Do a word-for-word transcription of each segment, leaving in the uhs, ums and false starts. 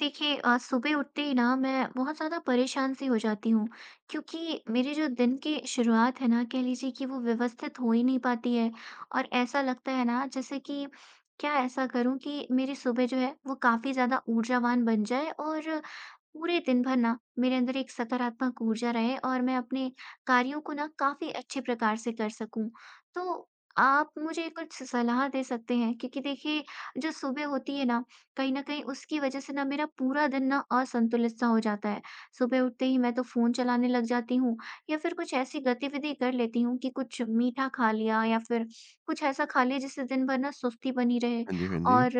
देखिए अ, सुबह उठते ही ना मैं बहुत ज़्यादा परेशान सी हो जाती हूँ, क्योंकि मेरी जो दिन की शुरुआत है ना, कह लीजिए कि वो व्यवस्थित हो ही नहीं पाती है। और ऐसा लगता है ना जैसे कि क्या ऐसा करूँ कि मेरी सुबह जो है वो काफ़ी ज़्यादा ऊर्जावान बन जाए और पूरे दिन भर ना मेरे अंदर एक सकारात्मक ऊर्जा रहे और मैं अपने कार्यों को ना काफ़ी अच्छे प्रकार से कर सकूँ। तो आप मुझे कुछ सलाह दे सकते हैं? क्योंकि देखिए जो सुबह होती है ना, कहीं न कहीं उसकी वज़ह से ना मेरा पूरा दिन ना असंतुलित-सा हो जाता है। सुबह उठते ही मैं तो फ़ोन चलाने लग जाती हूँ या फिर कुछ ऐसी गतिविधि कर लेती हूँ कि कुछ मीठा खा लिया, या फिर कुछ ऐसा खा लिया जिससे दिन भर ना सुस्ती बनी रहे। हाँ जी, हाँ जी। और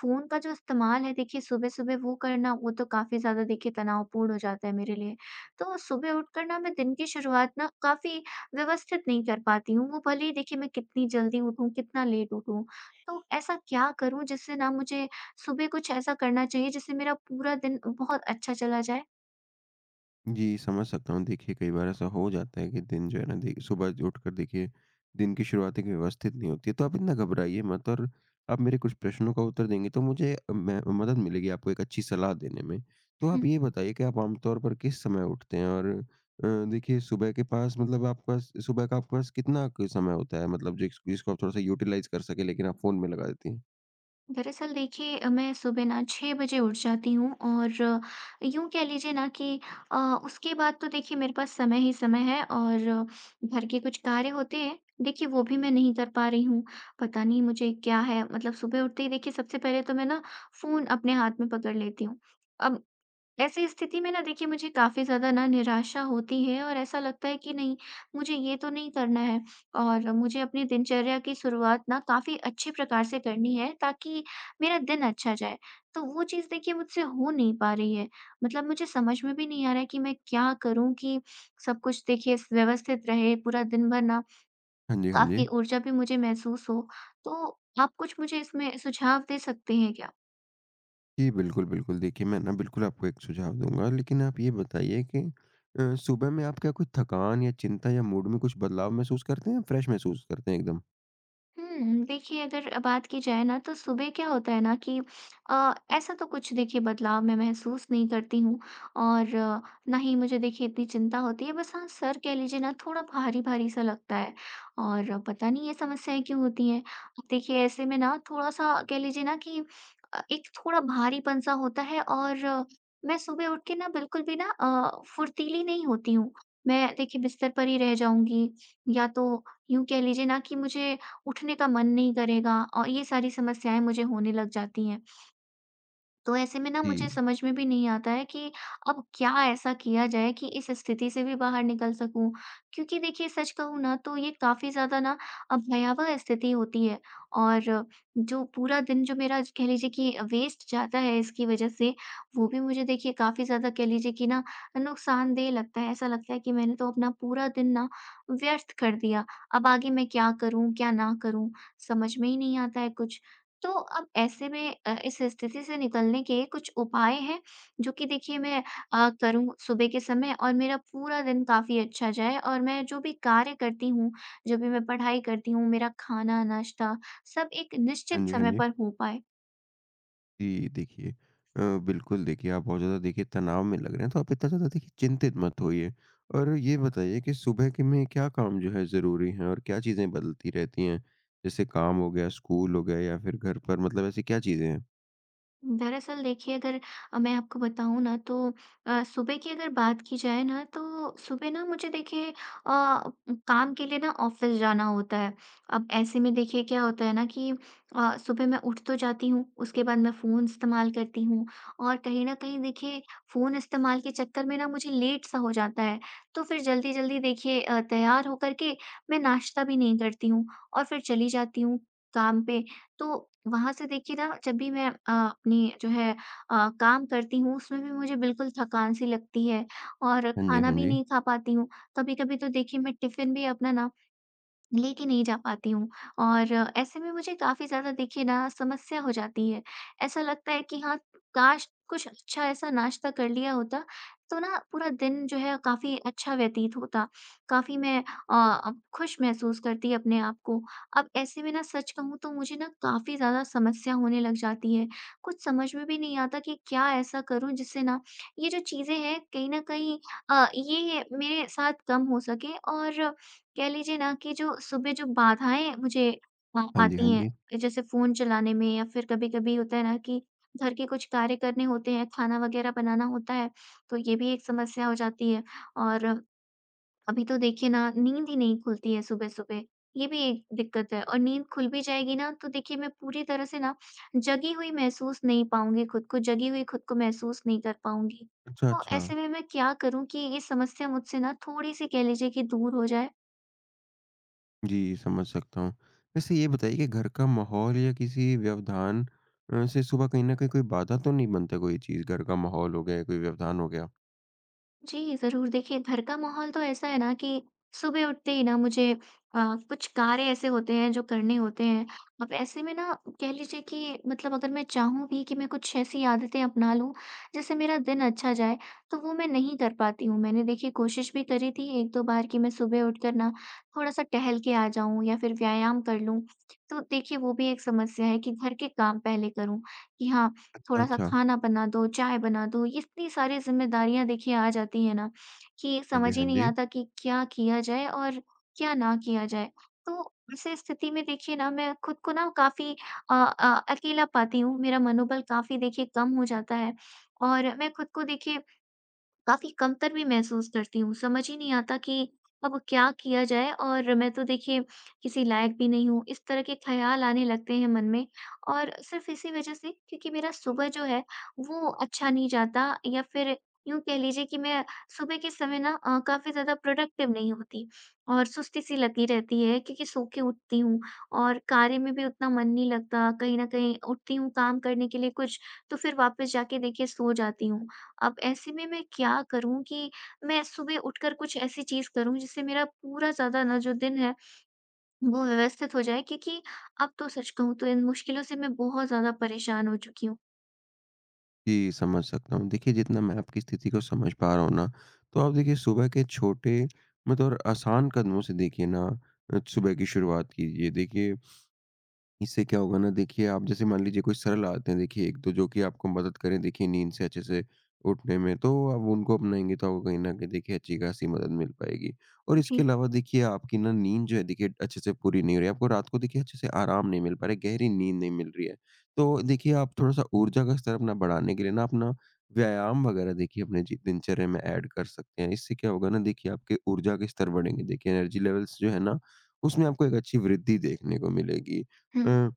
फ़ोन का जो इस्तेमाल है, देखिए सुबह-सुबह वो करना, वो तो काफ़ी ज़्यादा देखिए तनावपूर्ण हो जाता है मेरे लिए। तो सुबह उठकर ना मैं दिन की शुरुआत ना काफ़ी व्यवस्थित नहीं कर पाती हूँ। वो भले ही देखिए मैं कितनी जल्दी उठूँ, कितना लेट उठूँ। तो ऐसा क्या करूँ जिससे ना मुझे सुबह कुछ ऐसा करना चाहिए जिससे मेरा पूरा दिन बहुत अच्छा चला जाए? जी, समझ सकता हूँ। देखिए, कई बार ऐसा हो जाता है कि दिन जो है ना दे सुबह जो उठकर देखिए, दिन की शुरुआत एक व्यवस्थित नहीं होती है। तो आप इतना घबराइए मत, और आप मेरे कुछ प्रश्नों का उत्तर देंगे तो मुझे अ, मैं मदद मिलेगी आपको एक अच्छी सलाह देने में। तो आप ये बताइए कि आप आमतौर पर किस समय उठते हैं? और अ, देखिए सुबह के पास, मतलब आपके पास सुबह का आपके पास कितना क समय होता है? मतलब जिस जिसको आप थोड़ा-सा यूटिलाइज़ कर सकें, लेकिन आप फ़ोन में लगा देती हैं? दरअसल देखिए अ, मैं सुबह ना छह बजे उठ जाती हूँ और अ, यूँ कह लीजिए ना कि अ, उसके बाद तो देखिए मेरे पास समय ही समय है, और अ, घर के कुछ कार्य होते हैं, देखिए वो भी मैं नहीं कर पा रही हूँ। पता नहीं मुझे क्या है, मतलब सुबह उठते ही देखिए सबसे पहले तो मैं ना फ़ोन अपने हाथ में पकड़ लेती हूँ। अब ऐसी स्थिति में ना देखिए मुझे काफ़ी ज़्यादा ना निराशा होती है और ऐसा लगता है कि नहीं, मुझे ये तो नहीं करना है, और मुझे अपनी दिनचर्या की शुरुआत ना काफ़ी अच्छे प्रकार से करनी है ताकि मेरा दिन अच्छा जाए। तो वो चीज़ देखिए मुझसे हो नहीं पा रही है। मतलब मुझे समझ में भी नहीं आ रहा है कि मैं क्या करूँ कि सब कुछ देखिए स व्यवस्थित रहे, पूरा दिन भर ना हाँ जी, हाँ जी। काफ़ी ऊर्जा भी मुझे महसूस हो। तो आप कुछ मुझे इसमें सुझाव दे सकते हैं क्या? जी, बिल्कुल, बिल्कुल। देखिए, मैं ना बिल्कुल आपको एक सुझाव दूँगा, लेकिन आप ये बताइए कि अ, सुबह में आप क्या कोई थकान या चिंता या मूड में कुछ बदलाव महसूस करते हैं, फ्रेश महसूस करते हैं एकदम? हुँ, देखिए अगर बात की जाए ना, तो सुबह क्या होता है ना कि अ, ऐसा तो कुछ देखिए बदलाव मैं महसूस नहीं करती हूँ, और अ, ना ही मुझे देखिए इतनी चिंता होती है। बस हाँ, सर, कह लीजिए ना, थोड़ा भारी-भारी सा लगता है और अ, पता नहीं ये समस्याएँ क्यों होती हैं। अब देखिए ऐसे में ना थोड़ा-सा कह लीजिए ना कि अ, एक थोड़ा भारीपन सा होता है और अ, मैं सुबह उठ के ना बिल्कुल भी ना अ, फुर्तीली नहीं होती हूँ। मैं देखिए बिस्तर पर ही रह जाऊँगी, या तो यूँ कह लीजिए ना कि मुझे उठने का मन नहीं करेगा और ये सारी समस्याएँ मुझे होने लग जाती हैं। तो ऐसे में ना जी। मुझे समझ में भी नहीं आता है कि अब क्या ऐसा किया जाए कि इस स्थिति से भी बाहर निकल सकूं, क्योंकि देखिए सच कहूँ ना, तो ये काफी ज्यादा ना अब भयावह स्थिति होती है। और जो पूरा दिन जो मेरा, कह लीजिए कि वेस्ट जाता है इसकी वजह से, वो भी मुझे देखिए काफी ज्यादा कह लीजिए कि ना नुकसानदेह लगता है। ऐसा लगता है कि मैंने तो अपना पूरा दिन ना व्यर्थ कर दिया। अब आगे मैं क्या करूं, क्या ना करूं, समझ में ही नहीं आता है कुछ। तो अब ऐसे में अ, इस स्थिति से निकलने के कुछ उपाय हैं जो कि देखिए मैं अ, करूँ सुबह के समय, और मेरा पूरा दिन काफ़ी अच्छा जाए और मैं जो भी कार्य करती हूँ, जब भी मैं पढ़ाई करती हूँ, मेरा खाना, नाश्ता, सब एक हाँ निश्चित जी, हाँ समय जी। पर हो पाए। जी, देखिए अ, बिल्कुल देखिए, आप बहुत ज़्यादा देखिए तनाव में लग रहे हैं, तो आप इतना ज़्यादा देखिए चिंतित मत होइए, और ये बताइए कि सुबह के में क्या काम जो है ज़रूरी हैं, और क्या चीज़ें बदलती रहती हैं? जैसे काम हो गया, स्कूल हो गया, या फिर घर पर, मतलब ऐसी क्या चीज़ें हैं? दरअसल देखिए अगर अ, मैं आपको बताऊँ ना, तो अ, सुबह की अगर बात की जाए ना, तो सुबह ना मुझे देखिए अ, काम के लिए ना ऑफिस जाना होता है। अब ऐसे में देखिए क्या होता है ना कि अ, सुबह मैं उठ तो जाती हूँ, उसके बाद मैं फ़ोन इस्तेमाल करती हूँ और कहीं न कहीं देखिए फ़ोन इस्तेमाल के चक्कर में ना मुझे लेट सा हो जाता है। तो फिर जल्दी-जल्दी देखिए अ, तैयार होकर के मैं नाश्ता भी नहीं करती हूँ और फिर चली जाती हूँ काम पे। तो वहाँ से देखिए ना, जब भी मैं अ, अपनी जो है अ, काम करती हूँ, उसमें भी मुझे बिल्कुल थकान सी लगती है और हाँ जी, खाना हाँ भी जी। नहीं खा पाती हूँ। कभी-कभी तो देखिए मैं टिफ़िन भी अपना ना लेके नहीं जा पाती हूँ, और ऐसे में मुझे काफ़ी ज़्यादा देखिए ना समस्या हो जाती है। ऐसा लगता है कि हाँ, काश कुछ अच्छा ऐसा नाश्ता कर लिया होता, तो ना पूरा दिन जो है काफ़ी अच्छा व्यतीत होता। काफ़ी मैं अ, खुश महसूस करती अपने आप को। अब ऐसे में ना सच कहूँ तो मुझे ना काफ़ी ज़्यादा समस्या होने लग जाती है। कुछ समझ में भी नहीं आता कि क्या ऐसा करूँ जिससे ना ये जो चीज़ें हैं कहीं न कहीं अ, ये मेरे साथ कम हो सके, और कह लीजिए ना कि जो सुबह जो बाधाएँ मुझे अ, हाँ जी, हाँ आती हैं, जी। जैसे फ़ोन चलाने में, या फिर कभी-कभी होता है ना कि घर के कुछ कार्य करने होते हैं, खाना वगैरह बनाना होता है, तो ये भी एक समस्या हो जाती है। और अभी तो देखिए ना, नींद ही नहीं खुलती है सुबह-सुबह, ये भी एक दिक्कत है। और नींद खुल भी जाएगी ना, तो देखिए मैं पूरी तरह से ना जगी हुई महसूस नहीं पाऊँगी खुद को, जगी हुई खुद को महसूस नहीं कर पाऊँगी। अच्छा, तो अच्छा। ऐसे में मैं क्या करूँ कि ये समस्या मुझसे ना थोड़ी-सी, कह लीजिए कि दूर हो जाए? जी, समझ सकता हूँ। वैसे ये बताइए कि घर का माहौल या किसी व्यवधान अ, से सुबह कहीं न कहीं कोई बाधा तो नहीं बनता, कोई चीज़? घर का माहौल हो गया या कोई व्यवधान हो गया? जी, ज़रूर। देखिए, घर का माहौल तो ऐसा है ना कि सुबह उठते ही ना मुझे अ, कुछ कार्य ऐसे होते हैं जो करने होते हैं। अब ऐसे में ना कह लीजिए कि, मतलब अगर मैं चाहूँ भी कि मैं कुछ ऐसी आदतें अपना लूँ जिससे मेरा दिन अच्छा जाए, तो वो मैं नहीं कर पाती हूँ। मैंने देखिए कोशिश भी करी थी एक दो बार कि मैं सुबह उठकर ना थोड़ा-सा टहल के आ जाऊँ या फिर व्यायाम कर लूँ। तो देखिए, वो भी एक समस्या है कि घर के काम पहले करूँ, कि हाँ, अच्छा, थोड़ा-सा अच्छा। खाना बना दो, चाय बना दो, ये इतनी सारी ज़िम्मेदारियाँ देखिए आ जाती हैं ना, कि हाँ जी, समझ ही हाँ नहीं जी। आता कि क्या किया जाए और क्या ना किया जाए। तो ऐसी स्थिति में देखिए ना मैं खुद को ना काफ़ी अ अ, अकेला पाती हूँ, मेरा मनोबल काफ़ी देखिए कम हो जाता है और मैं खुद को देखिए काफ़ी कमतर भी महसूस करती हूँ। समझ ही नहीं आता कि अब क्या किया जाए, और मैं तो देखिए किसी लायक भी नहीं हूँ, इस तरह के ख़्याल आने लगते हैं मन में। और सिर्फ़ इसी वज़ह से, क्योंकि मेरा सुबह जो है वो अच्छा नहीं जाता, या फिर यूँ कह लीजिए कि मैं सुबह के समय ना अ, काफ़ी ज़्यादा प्रोडक्टिव नहीं होती और सुस्ती सी लगी रहती है क्योंकि सो के उठती हूँ, और कार्य में भी उतना मन नहीं लगता। कहीं न कहीं उठती हूँ काम करने के लिए कुछ, तो फिर वापस जाके देखिए सो जाती हूँ। अब ऐसे में मैं क्या करूँ कि मैं सुबह उठकर कुछ ऐसी चीज़ करूँ जिससे मेरा पूरा ज़्यादा ना जो दिन है वो व्यवस्थित हो जाए, क्योंकि अब तो सच कहूँ तो इन मुश्किलों से मैं बहुत ज़्यादा परेशान हो चुकी हूँ। जी, समझ सकता हूँ। देखिए, जितना मैं आपकी स्थिति को समझ पा रहा हूँ ना, तो आप देखिए सुबह के छोटे, मतलब और आसान कदमों से देखिए ना अ, सुबह की शुरुआत कीजिए। देखिए, इससे क्या होगा ना, देखिए आप जैसे मान लीजिए कोई सरल आदतें, देखिए एक तो जो कि आपको मदद करें, देखिए नींद से अच्छे से उठने में, तो आप उनको अपनाएंगे तो आपको कहीं ना कहीं देखिए अच्छी खासी मदद मिल पाएगी। और इसके जी। अलावा देखिए, आपकी ना नींद जो है देखिए अच्छे से पूरी नहीं हो रही, आपको रात को देखिए अच्छे से आराम नहीं मिल पा रहा है, गहरी नींद नहीं मिल रही है। तो देखिए, आप थोड़ा सा ऊर्जा का स्तर अपना बढ़ाने के लिए ना अपना व्यायाम वगैरह देखिए अपने जी- दिनचर्या में ऐड कर सकते हैं। इससे क्या होगा ना, देखिए आपके ऊर्जा के स्तर बढ़ेंगे, देखिए एनर्जी लेवल्स जो है ना, उसमें आपको एक अच्छी वृद्धि देखने को मिलेगी। हुँ, अ,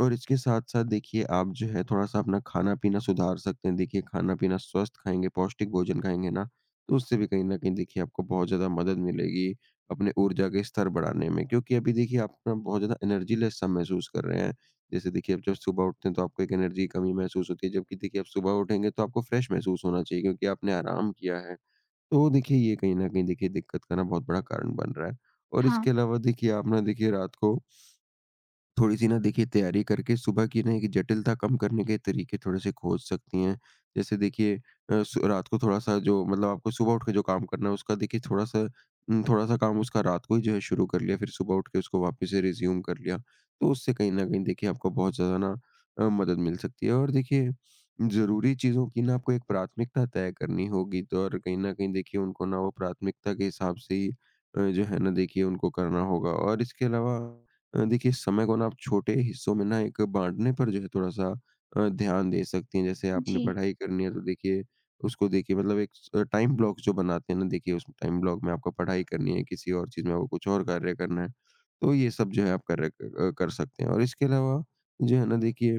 और इसके साथ-साथ देखिए आप जो है थोड़ा-सा अपना खाना-पीना सुधार सकते हैं। देखिए खाना-पीना स्वस्थ खाएँगे, पौष्टिक भोजन खाएँगे ना, तो उससे भी कहीं न कहीं देखिए आपको बहुत ज़्यादा मदद मिलेगी अपने ऊर्जा के स्तर बढ़ाने में। क्योंकि अभी देखिए आप ना बहुत ज़्यादा एनर्जी लेस सा महसूस कर रहे हैं। जैसे देखिए, आप जब सुबह उठते हैं तो आपको एक एनर्जी की कमी महसूस होती है, जबकि देखिए आप सुबह उठेंगे तो आपको फ्रेश महसूस होना चाहिए, क्योंकि आपने आराम किया है। तो देखिए, ये कहीं न कहीं देखिए दिक्कत का ना बहुत बड़ा कारण बन रहा है। और हाँ। इसके अलावा देखिए, आप ना देखिए रात को थोड़ी-सी ना देखिए तैयारी करके सुबह की ना एक जटिलता कम करने के तरीके थोड़े-से खोज सकती हैं। जैसे देखिए, अ, सु रात को थोड़ा-सा जो मतलब आपको सुबह उठ के जो काम करना है, उसका देखिए थोड़ा-सा, उम, थोड़ा-सा काम उसका रात को ही जो है शुरू कर लिया, फिर सुबह उठ के उसको वापस से रिज़्यूम कर लिया। तो उससे कहीं न कहीं देखिए आपको बहुत ज़्यादा ना अ, मदद मिल सकती है, और देखिए ज़रूरी चीज़ों की ना आपको एक प्राथमिकता तय करनी होगी, तो और कहीं न कहीं देखिए उनको ना वो प्राथमिकता के हिसाब से ही अ, जो है ना देखिए उनको करना होगा, और इसके अलावा अ, देखिए समय को ना आप छोटे हिस्सों में ना एक बाँटने पर जो है थोड़ा-सा अ, ध्यान दे सकती हैं। जैसे आपने जी। पढ़ाई करनी है तो देखिए उसको देखिए, मतलब एक स टाइम ब्लॉक जो बनाते हैं ना, देखिए उस टाइम ब्लॉक में आपको पढ़ाई करनी है, किसी और चीज़ में आपको कुछ और कार्य करना है। तो ये सब जो है आप कर अ, कर सकते हैं, और इसके अलावा जो है ना देखिए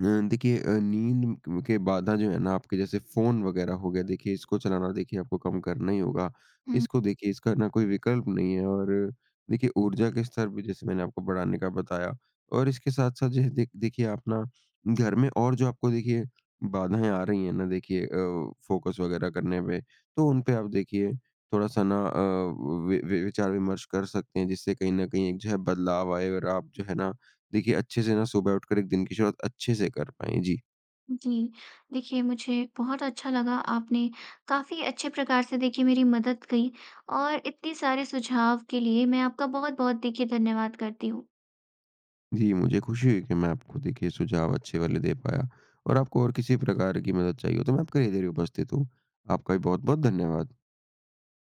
अ, देखिए अ, नींद क के बाधा जो है ना, आपके जैसे फ़ोन वग़ैरह हो गया, देखिए इसको चलाना देखिए आपको कम करना ही होगा। हुँ, इसको देखिए इसका ना कोई विकल्प नहीं है, और देखिए ऊर्जा के स्तर भी जैसे मैंने आपको बढ़ाने का बताया, और इसके साथ-साथ जो है दे देखिए आप ना घर में, और जो आपको देखिए बाधाएँ आ रही हैं ना, देखिए अ, फ़ोकस वग़ैरह करने में, तो उन पे आप देखिए थोड़ा-सा ना अ, वि वि विचार विमर्श कर सकते हैं, जिससे कहीं न कहीं एक जो है बदलाव आए, और आप जो है ना देखिए अच्छे से ना सुबह उठकर एक दिन की शुरुआत अच्छे से कर पाएँ। जी। जी। देखिए, मुझे बहुत अच्छा लगा, आपने काफ़ी अच्छे प्रकार से देखिए मेरी मदद की, और इतने सारे सुझाव के लिए मैं आपका बहुत-बहुत देखिए धन्यवाद करती हूँ। जी, मुझे खुशी हुई कि मैं आपको देखिए सुझाव अच्छे वाले दे पाया, और आपको और किसी प्रकार की मदद चाहिए हो, तो मैं आपके लिए देर उपस्थित हूँ। आपका भी बहुत-बहुत धन्यवाद।